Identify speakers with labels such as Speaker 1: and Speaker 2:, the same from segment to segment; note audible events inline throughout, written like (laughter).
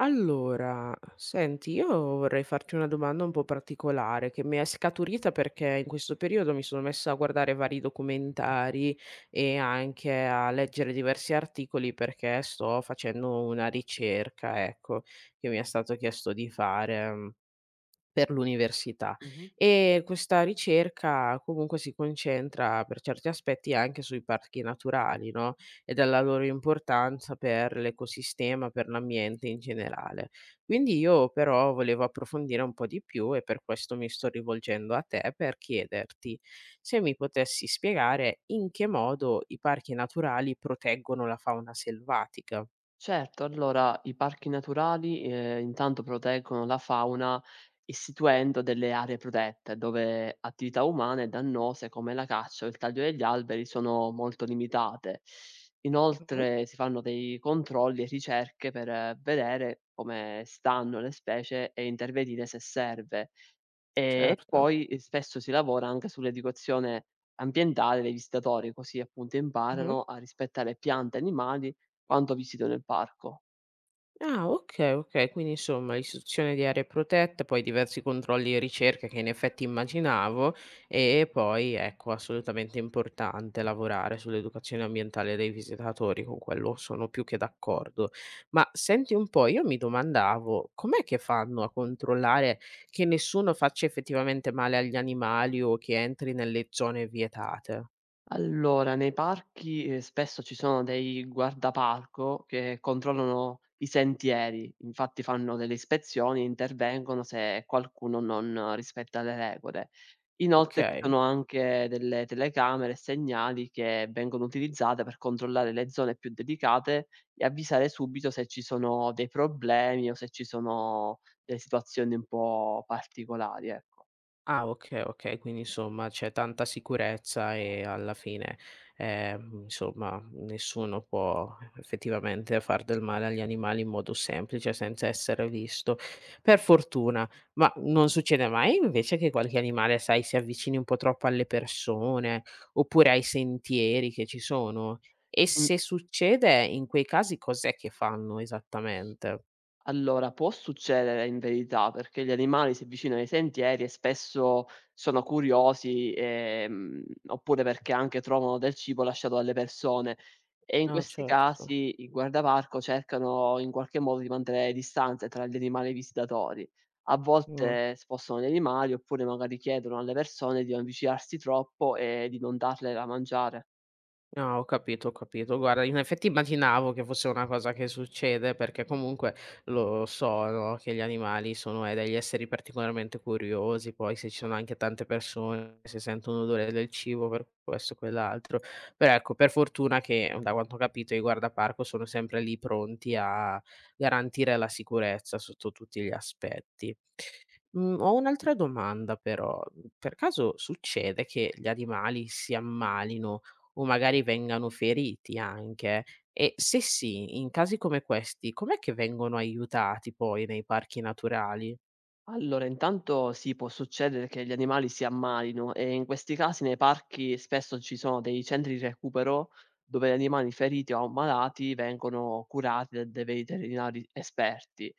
Speaker 1: Allora, senti, io vorrei farti una domanda un po' particolare che mi è scaturita perché in questo periodo mi sono messa a guardare vari documentari e anche a leggere diversi articoli perché sto facendo una ricerca, ecco, che mi è stato chiesto di fare. Per l'università.
Speaker 2: Mh-mh.
Speaker 1: E questa ricerca comunque si concentra per certi aspetti anche sui parchi naturali, no, e della loro importanza per l'ecosistema, per l'ambiente in generale. Quindi io però volevo approfondire un po' di più e per questo mi sto rivolgendo a te per chiederti se mi potessi spiegare in che modo i parchi naturali proteggono la fauna selvatica.
Speaker 2: Certo, allora i parchi naturali, intanto proteggono la fauna istituendo delle aree protette, dove attività umane dannose come la caccia o il taglio degli alberi sono molto limitate.
Speaker 1: Mh-mh,
Speaker 2: Inoltre si fanno dei controlli e ricerche per vedere come stanno le specie e intervenire se serve. E
Speaker 1: certo.
Speaker 2: poi, spesso si lavora anche sull'educazione ambientale dei visitatori, così appunto
Speaker 1: Mh-mh.
Speaker 2: imparano a rispettare piante e animali quando visitano il parco.
Speaker 1: Ah, okay, okay. Quindi insomma istituzione di aree protette, poi diversi controlli e ricerche che in effetti immaginavo e poi ecco, assolutamente importante lavorare sull'educazione ambientale dei visitatori, con quello sono più che d'accordo. Ma senti un po', io mi domandavo com'è che fanno a controllare che nessuno faccia effettivamente male agli animali o che entri nelle zone vietate?
Speaker 2: Allora, nei parchi, spesso ci sono dei guardaparco che controllano i sentieri, infatti fanno delle ispezioni e intervengono se qualcuno non rispetta le regole. Inoltre ci
Speaker 1: Okay?
Speaker 2: sono anche delle telecamere e segnali che vengono utilizzate per controllare le zone più delicate e avvisare subito se ci sono dei problemi o se ci sono delle situazioni un po' particolari, ecco.
Speaker 1: Ah, okay, okay, quindi insomma c'è tanta sicurezza e alla fine, insomma nessuno può effettivamente far del male agli animali in modo semplice senza essere visto, per fortuna. Ma non succede mai invece che qualche animale, sai, si avvicini un po' troppo alle persone, oppure ai sentieri che ci sono? E se succede, in quei casi cos'è che fanno esattamente?
Speaker 2: Allora, può succedere in verità, perché gli animali si avvicinano ai sentieri e spesso sono curiosi, oppure perché anche trovano del cibo lasciato dalle persone e in
Speaker 1: Ah,
Speaker 2: questi
Speaker 1: certo,
Speaker 2: casi i guardaparco cercano in qualche modo di mantenere distanze tra gli animali e i visitatori. A
Speaker 1: mh.
Speaker 2: volte spostano gli animali oppure magari chiedono alle persone di non avvicinarsi troppo e di non darle da mangiare.
Speaker 1: Ah, ho capito, ho capito. Guarda, in effetti immaginavo che fosse una cosa che succede perché comunque lo so, no, che gli animali sono degli esseri particolarmente curiosi, poi se ci sono anche tante persone, se sentono l'odore del cibo per questo o quell'altro. Però ecco, per fortuna che, da quanto ho capito, i guardaparco sono sempre lì pronti a garantire la sicurezza sotto tutti gli aspetti. Mm, ho un'altra domanda però, per caso succede che gli animali si ammalino o magari vengano feriti anche. E se sì, in casi come questi, com'è che vengono aiutati poi nei parchi naturali?
Speaker 2: Allora, intanto sì, può succedere che gli animali si ammalino e in questi casi nei parchi spesso ci sono dei centri di recupero dove gli animali feriti o ammalati vengono curati da dei veterinari esperti.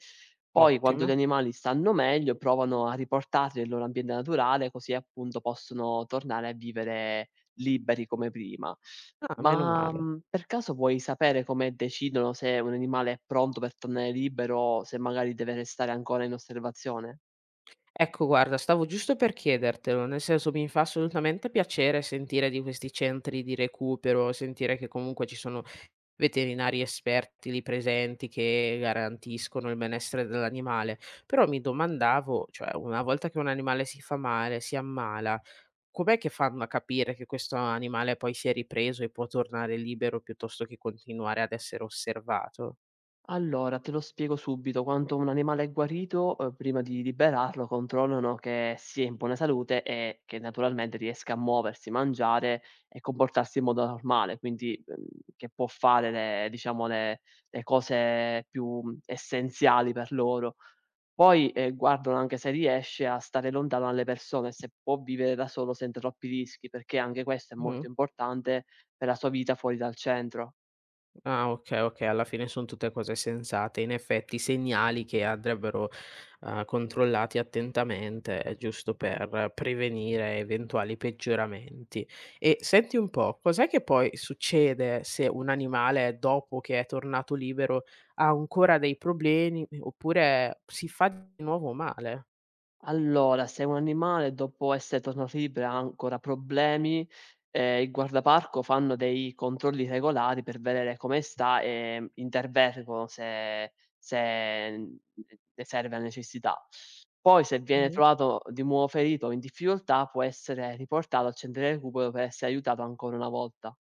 Speaker 2: Poi, quando gli
Speaker 1: Ottimo.
Speaker 2: animali stanno meglio, provano a riportarli nel loro ambiente naturale, così appunto possono tornare a vivere liberi come prima.
Speaker 1: Ah, meno
Speaker 2: Ma
Speaker 1: male.
Speaker 2: per caso vuoi sapere come decidono se un animale è pronto per tornare libero o se magari deve restare ancora in osservazione?
Speaker 1: Ecco, guarda, stavo giusto per chiedertelo, nel senso mi fa assolutamente piacere sentire di questi centri di recupero, sentire che comunque ci sono veterinari esperti lì presenti che garantiscono il benessere dell'animale, però mi domandavo, cioè una volta che un animale si fa male, si ammala, com'è che fanno a capire che questo animale poi si è ripreso e può tornare libero piuttosto che continuare ad essere osservato?
Speaker 2: Allora, te lo spiego subito. Quando un animale è guarito, prima di liberarlo controllano che sia in buona salute e che naturalmente riesca a muoversi, mangiare e comportarsi in modo normale, quindi, che può fare le diciamo le cose più, essenziali per loro. Poi, guardano anche se riesce a stare lontano dalle persone, se può vivere da solo senza troppi rischi, perché anche questo è
Speaker 1: Mh.
Speaker 2: molto importante per la sua vita fuori dal centro.
Speaker 1: Ah, okay, okay, alla fine son tutte cose sensate. In effetti segnali che andrebbero, controllati attentamente giusto per prevenire eventuali peggioramenti. E senti un po', cos'è che poi succede se un animale dopo che è tornato libero ha ancora dei problemi oppure si fa di nuovo male?
Speaker 2: Allora, se un animale dopo essere tornasibile ha ancora problemi, il guardaparco fanno dei controlli regolari per vedere come sta e intervengono se mhmm, ne serve la necessità. Poi se viene
Speaker 1: Mh-mh.
Speaker 2: trovato di nuovo ferito o in difficoltà, può essere riportato al centro di recupero per essere aiutato ancora una volta.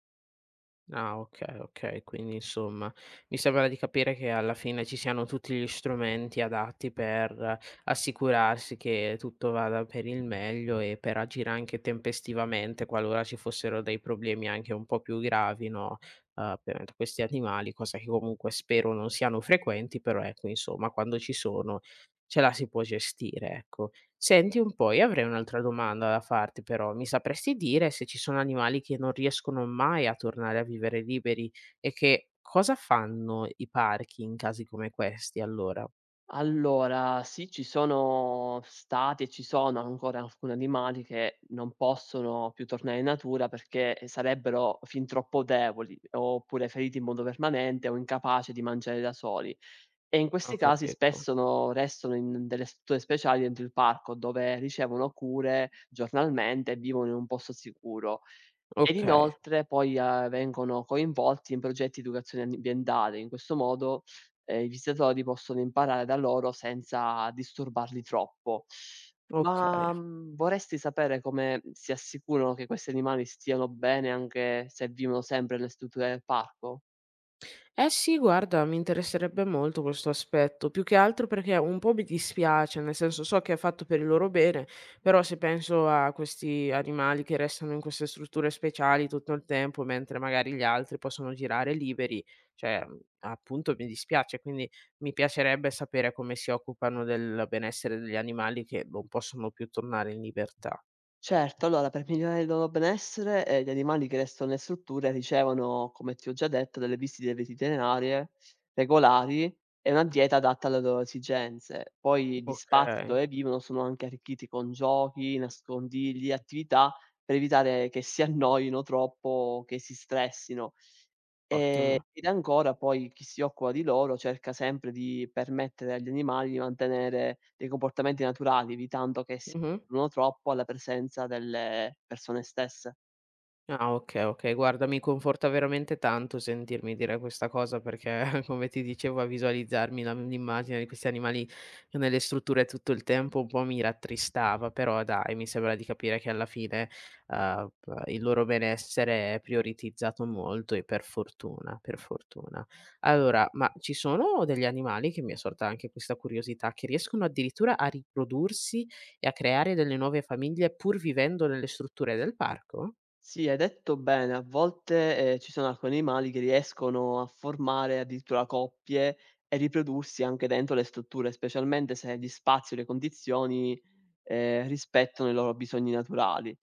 Speaker 1: Ah, okay, okay. Quindi insomma, mi sembra di capire che alla fine ci siano tutti gli strumenti adatti per assicurarsi che tutto vada per il meglio e per agire anche tempestivamente qualora ci fossero dei problemi anche un po' più gravi, no, per questi animali, cosa che comunque spero non siano frequenti, però ecco insomma quando ci sono ce la si può gestire, ecco. Senti un po', io avrei un'altra domanda da farti però. Mi sapresti dire se ci sono animali che non riescono mai a tornare a vivere liberi e che cosa fanno i parchi in casi come questi allora?
Speaker 2: Allora, sì, ci sono stati e ci sono ancora alcuni animali che non possono più tornare in natura perché sarebbero fin troppo deboli, oppure feriti in modo permanente o incapaci di mangiare da soli. E in
Speaker 1: Ho
Speaker 2: questi casi
Speaker 1: capito.
Speaker 2: spesso restano in delle strutture speciali dentro il parco dove ricevono cure giornalmente e vivono in un posto sicuro. Ed
Speaker 1: Okay,
Speaker 2: inoltre poi, vengono coinvolti in progetti di educazione ambientale. In questo modo, i visitatori possono imparare da loro senza disturbarli troppo.
Speaker 1: okay.
Speaker 2: Ma, vorresti sapere come si assicurano che questi animali stiano bene anche se vivono sempre nelle strutture del parco?
Speaker 1: Eh sì, guarda, mi interesserebbe molto questo aspetto, più che altro perché un po' mi dispiace, nel senso so che è fatto per il loro bene, però se penso a questi animali che restano in queste strutture speciali tutto il tempo, mentre magari gli altri possono girare liberi, cioè appunto mi dispiace, quindi mi piacerebbe sapere come si occupano del benessere degli animali che non possono più tornare in libertà.
Speaker 2: Certo, allora per migliorare il loro benessere, gli animali che restano nelle strutture ricevono, come ti ho già detto, delle visite veterinarie regolari e una dieta adatta alle loro esigenze. Poi gli
Speaker 1: Ok,
Speaker 2: spazi dove vivono sono anche arricchiti con giochi, nascondigli, attività per evitare che si (laughs) annoino troppo o che si stressino.
Speaker 1: ottimo.
Speaker 2: Ed ancora poi chi si occupa di loro cerca sempre di permettere agli animali di mantenere dei comportamenti naturali, evitando che si
Speaker 1: Mhm.
Speaker 2: non troppo alla presenza delle persone stesse.
Speaker 1: Ah, okay, okay. Guarda, mi conforta veramente tanto sentirmi dire questa cosa perché, (laughs) come ti dicevo, a visualizzarmi la l'immagine di questi animali nelle strutture tutto il tempo un po' mi rattristava, però dai, mi sembra di capire che alla fine, p il loro benessere è prioritizzato molto e per fortuna, per fortuna. Allora, ma ci sono degli animali che mi è sorta anche questa curiosità, che riescono addirittura a riprodursi e a creare delle nuove famiglie pur vivendo nelle strutture del parco?
Speaker 2: Sì, hai detto bene, a volte, ci sono alcuni animali che riescono a formare addirittura coppie e riprodursi anche dentro le strutture, specialmente se gli spazi o le condizioni, rispettano i loro bisogni naturali.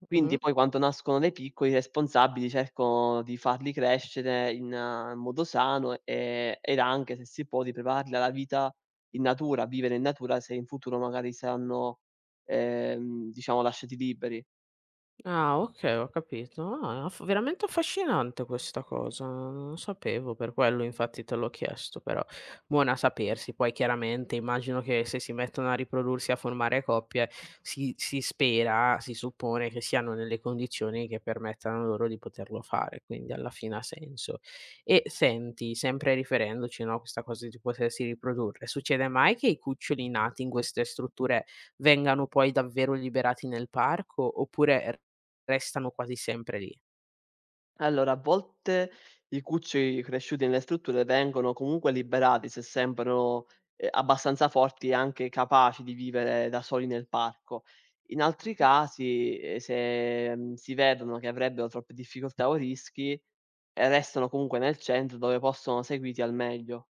Speaker 1: Mh-mh.
Speaker 2: Quindi poi quando nascono dei piccoli i responsabili cercano di farli crescere in modo sano, ed anche se si può di prepararli alla vita in natura, a vivere in natura se in futuro magari saranno, diciamo lasciati liberi.
Speaker 1: Ah, okay, ho capito. Ah, aff veramente affascinante questa cosa, non lo sapevo, per quello infatti te l'ho chiesto, però buona a sapersi. Poi chiaramente immagino che se si mettono a riprodursi, a formare coppie, si spera, si suppone che siano nelle condizioni che permettano loro di poterlo fare, quindi alla fine ha senso. E senti, sempre riferendoci, no, a questa cosa di potersi riprodurre, succede mai che i cuccioli nati in queste strutture vengano poi davvero liberati nel parco, oppure restano quasi sempre lì.
Speaker 2: Allora, a volte i cuccioli cresciuti nelle strutture vengono comunque liberati se sembrano, abbastanza forti e anche capaci di vivere da soli nel parco. In altri casi, se, si vedono che avrebbero troppe difficoltà o rischi, restano comunque nel centro dove possono seguiti al meglio.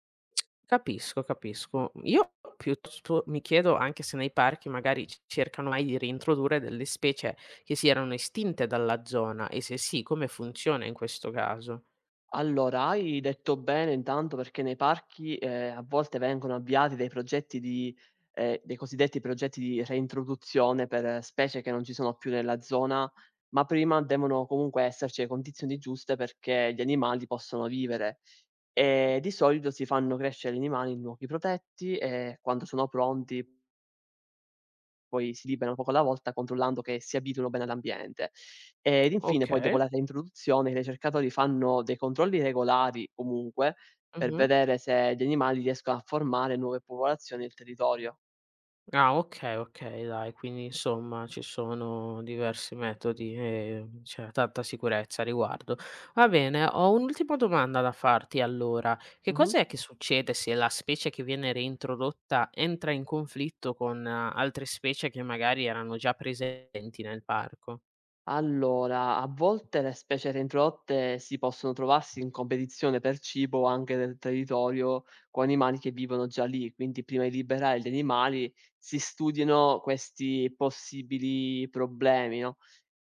Speaker 1: Capisco, capisco. Io piuttosto mi chiedo anche se nei parchi magari c cercano mai di reintrodurre delle specie che si erano estinte dalla zona e se sì, come funziona in questo caso.
Speaker 2: Allora, hai detto bene intanto perché nei parchi, a volte vengono avviati dei progetti di dei cosiddetti progetti di reintroduzione per specie che non ci sono più nella zona, ma prima devono comunque esserci le condizioni giuste perché gli animali possano vivere. Di solito si fanno crescere gli animali in luoghi protetti e quando sono pronti poi si liberano poco alla volta controllando che si abituino bene all'ambiente. Ed infine poi dopo
Speaker 1: Okay.
Speaker 2: la reintroduzione i ricercatori fanno dei controlli regolari comunque, per
Speaker 1: Mh-mh.
Speaker 2: vedere se gli animali riescono a formare nuove popolazioni nel territorio.
Speaker 1: Ah, okay, okay, dai, quindi insomma ci sono diversi metodi e c'è tanta sicurezza a riguardo. Va bene, ho un'ultima domanda da farti allora. Che
Speaker 2: Mh-mh.
Speaker 1: cos'è che succede se la specie che viene reintrodotta entra in conflitto con altre specie che magari erano già presenti nel parco?
Speaker 2: Allora, a volte le specie reintrodotte si possono trovarsi in competizione per cibo anche del territorio con animali che vivono già lì, quindi prima di liberare gli animali si studiano questi possibili problemi, no?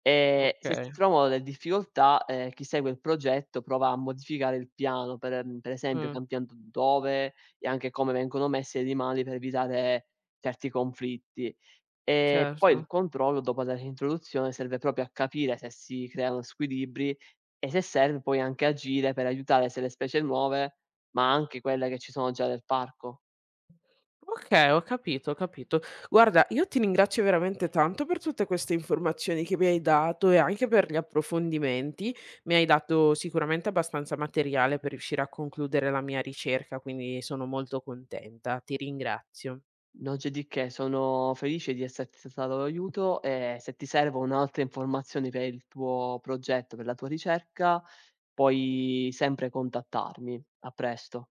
Speaker 2: Se si
Speaker 1: Okay,
Speaker 2: trovano delle difficoltà, chi segue il progetto prova a modificare il piano, per per esempio
Speaker 1: mh,
Speaker 2: cambiando dove e anche come vengono messi gli animali per evitare certi conflitti. Poi il
Speaker 1: certo.
Speaker 2: controllo dopo la reintroduzione serve proprio a capire se si creano squilibri e se serve poi anche agire per aiutare sia le specie nuove, ma anche quelle che ci sono già nel parco.
Speaker 1: Okay, ho capito, ho capito. Guarda, io ti ringrazio veramente tanto per tutte queste informazioni che mi hai dato e anche per gli approfondimenti. Mi hai dato sicuramente abbastanza materiale per riuscire a concludere la mia ricerca, quindi sono molto contenta. Ti ringrazio.
Speaker 2: Non c'è di che, sono felice di esserti stato d'aiuto e se ti servono altre informazioni per il tuo progetto, per la tua ricerca, puoi sempre contattarmi. A presto.